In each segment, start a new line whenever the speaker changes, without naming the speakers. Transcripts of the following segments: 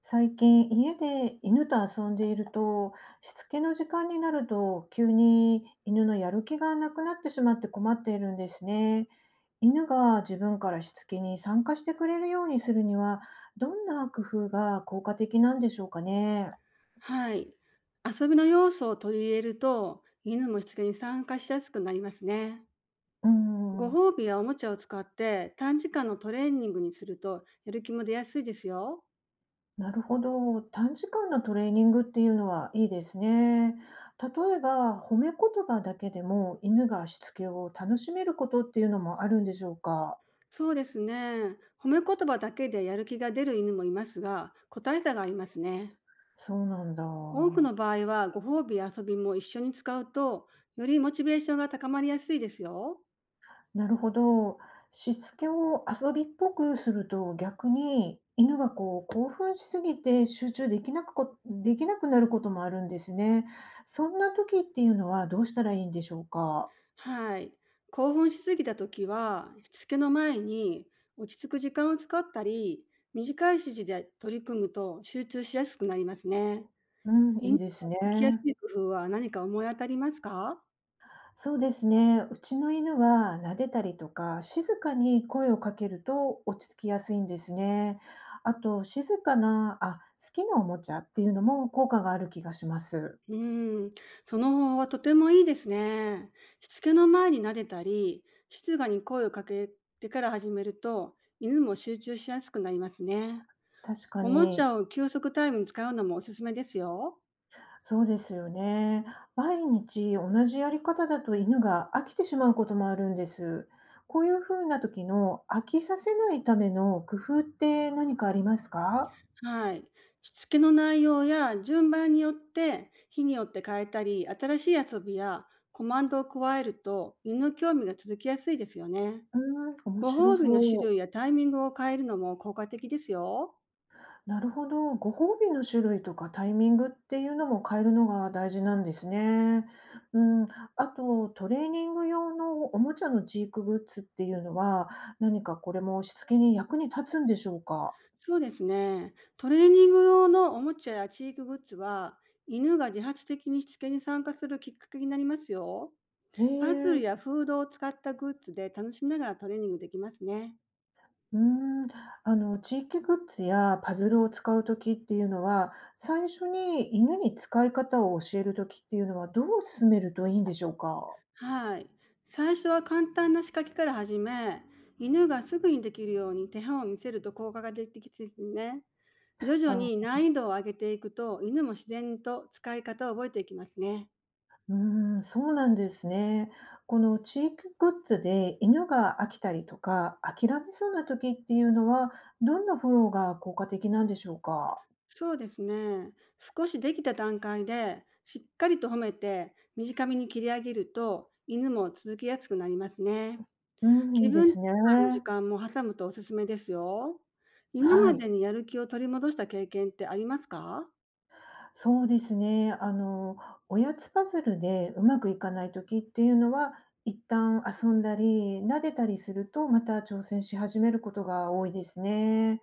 最近家で犬と遊んでいると、しつけの時間になると急に犬のやる気がなくなってしまって困っているんですね。犬が自分からしつけに参加してくれるようにするには、どんな工夫が効果的なんでしょうかね。
はい。遊びの要素を取り入れると、犬もしつけに参加しやすくなりますね。
う
ご
ん、
褒美やおもちゃを使って短時間のトレーニングにするとやる気も出やすいですよ。
なるほど。短時間のトレーニングっていうのはいいですね。例えば褒め言葉だけでも犬がしつけを楽しめることっていうのもあるんでしょうか。
そうですね。褒め言葉だけでやる気が出る犬もいますが、個体差がありますね。
そうなん
多く
だ。
の場合はご褒美や遊びも一緒に使うと、よりモチベーションが高まりやすいですよ。
なるほど。しつけを遊びっぽくすると、逆に犬がこう興奮しすぎて集中できなくなることもあるんですね。そんな時っていうのはどうしたらいいんでしょうか？
はい。興奮しすぎた時は、しつけの前に落ち着く時間を使ったり、短い指示で取り組むと集中しやすくなりますね。
うん、い
犬
いです
が落ち着きやす
ね。
い工夫は何か思い当たりますか？
そうですね。うちの犬は撫でたりとか、静かに声をかけると落ち着きやすいんですね。あと、静かな、あ、好きなおもちゃっていうのも効果がある気がします。
うん、その方法はとてもいいですね。しつけの前に撫でたり、静かに声をかけてから始めると、犬も集中しやすくなりますね。
確か
おもち
に。
ゃを休息タイムに使うのもおすすめですよ。
そうですよね。毎日同じやり方だと犬が飽きてしまうこともあるんです。こういうふうな時の飽きさせないための工夫って何かありますか？
はい。しつけの内容や順番によって日によって変えたり、新しい遊びやコマンドを加えると、犬の興味が続きやすいですよね。
うーん、面
ご
白
褒美の種
そう。
類やタイミングを変えるのも効果的ですよ。
なるほど。ご褒美の種類とかタイミングっていうのも変えるのが大事なんですね。うん、あとトレーニング用のおもちゃのチークグッズっていうのは、何かこれもしつけに役に立つんでしょうか？
そうですね。トレーニング用のおもちゃやチークグッズは、犬が自発的にしつけに参加するきっかけになりますよ。
へ
パズル
え。
やフードを使ったグッズで楽しみながらトレーニングできますね。
うーん、地域グッズやパズルを使う時っていうのは、最初に犬に使い方を教える時っていうのはどう進めるといいんでしょうか？
はい。最初は簡単な仕掛けから始め、犬がすぐにできるように手本を見せると効果が出てきてですね。徐々に
た
難易度を上げていくと、犬も自然と使い方を覚えていきますね。
うーん、そうなんですね。この地域グッズで犬が飽きたりとか、諦めそうな時っていうのは、どんなフォローが効果的なんでしょうか？
そうですね。少しできた段階で、しっかりと褒めて、短めに切り上げると、犬も続きやすくなりますね。
うん、
気
いいで
分転
すね。
換の時間も挟むとおすすめですよ。今
は
ま
い。
でにやる気を取り戻した経験ってありますか？
そうですね。おやつパズルでうまくいかない時っていうのは、一旦遊んだり、撫でたりすると、また挑戦し始めることが多いですね。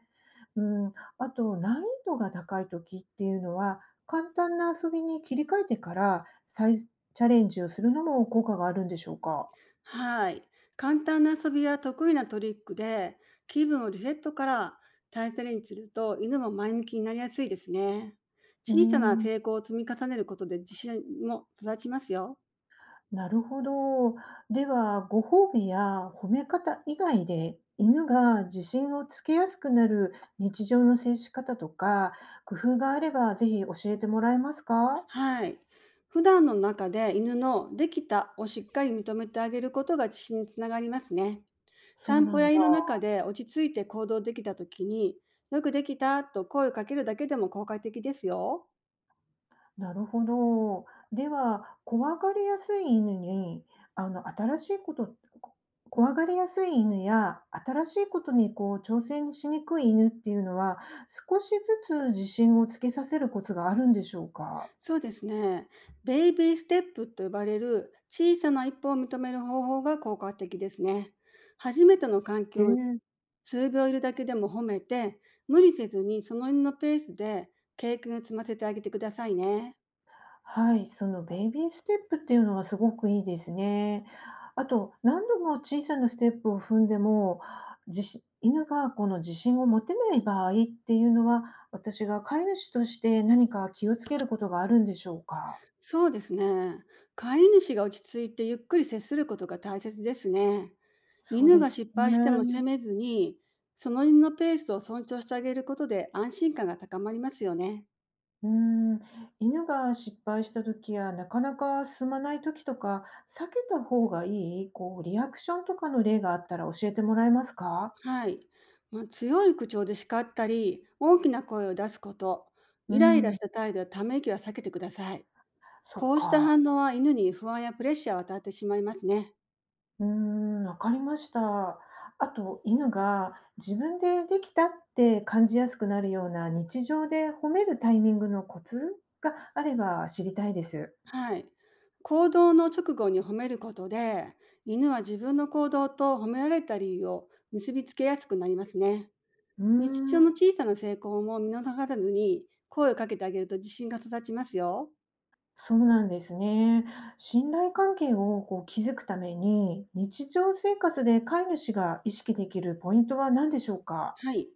うん、あと、難易度が高い時っていうのは、簡単な遊びに切り替えてから再チャレンジをするのも効果があるんでしょうか。
はい。簡単な遊びや得意なトリックで気分をリセットから大切にすると、犬も前向きになりやすいですね。
うー
小さな
ん、
成功を積み重ねることで自信も育ちますよ。
なるほど。では、ご褒美や褒め方以外で、犬が自信をつけやすくなる日常の接し方とか、工夫があればぜひ教えてもらえますか？
はい。普段の中で犬のできたをしっかり認めてあげることが自信につながりますね。
そう
散
な
歩や
ん
家
だ。
の中で落ち着いて行動できた時に、よくできたと声をかけるだけでも効果的ですよ。
なるほど。では、怖がりやすい犬に、あの、新しいこと、こ怖がりやすい犬や、新しいことにこう挑戦しにくい犬っていうのは、少しずつ自信をつけさせるコツがあるんでしょうか？
そうですね。ベイビーステップと呼ばれる小さな一歩を認める方法が効果的ですね。初めての環
へ
境に
え。
数秒いるだけでも褒めて、無理せずにその犬のペースで経験を積ませてあげてくださいね。
はい、そのベイビーステップっていうのはすごくいいですね。あと、何度も小さなステップを踏んでも、犬がこの自信を持てない場合っていうのは、私が飼い主として何か気をつけることがあるんでしょうか？
そうですね。飼い主が落ち着いてゆっくり接することが大切ですね。
そう
犬
で
が
す
失敗しても責
ね。
めずに、その犬のペースを尊重してあげることで安心感が高まりますよね。
うん、犬が失敗した時や、なかなか進まない時とか、避けた方がいい、こうリアクションとかの例があったら教えてもらえますか？
はい。まあ、強い口調で叱ったり、大きな声を出すこと、
う
イライラ
ん、
した態度やため息は避けてください。
そっ
こうした
か。
反応は犬に不安やプレッシャーを与えてしまいますね。
うーん、わかりました。あと、犬が自分でできたって感じやすくなるような日常で褒めるタイミングのコツがあれば知りたいです。
はい。行動の直後に褒めることで、犬は自分の行動と褒められた理由を結びつけやすくなりますね。
うー
日常の
ん、
小さな成功も見逃さずに声をかけてあげると自信が育ちますよ。
そうなんですね。信頼関係をこう築くために、日常生活で飼い主が意識できるポイントは何でしょうか？
はい。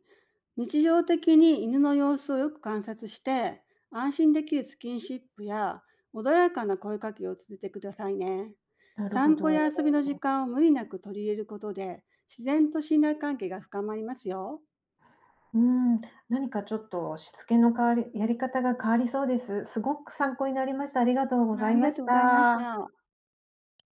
日常的に犬の様子をよく観察して、安心できるスキンシップや穏やかな声かけを続けてくださいね。
なるほ
散歩
ど。
や遊びの時間を無理なく取り入れることで、自然と信頼関係が深まりますよ。
うん、何かちょっとしつけの変わり、やり方が変わりそうです。すごく参考になりました。ありがとうご
あ
ざ
あ
い
りが
まし
とうございまし
た。
た。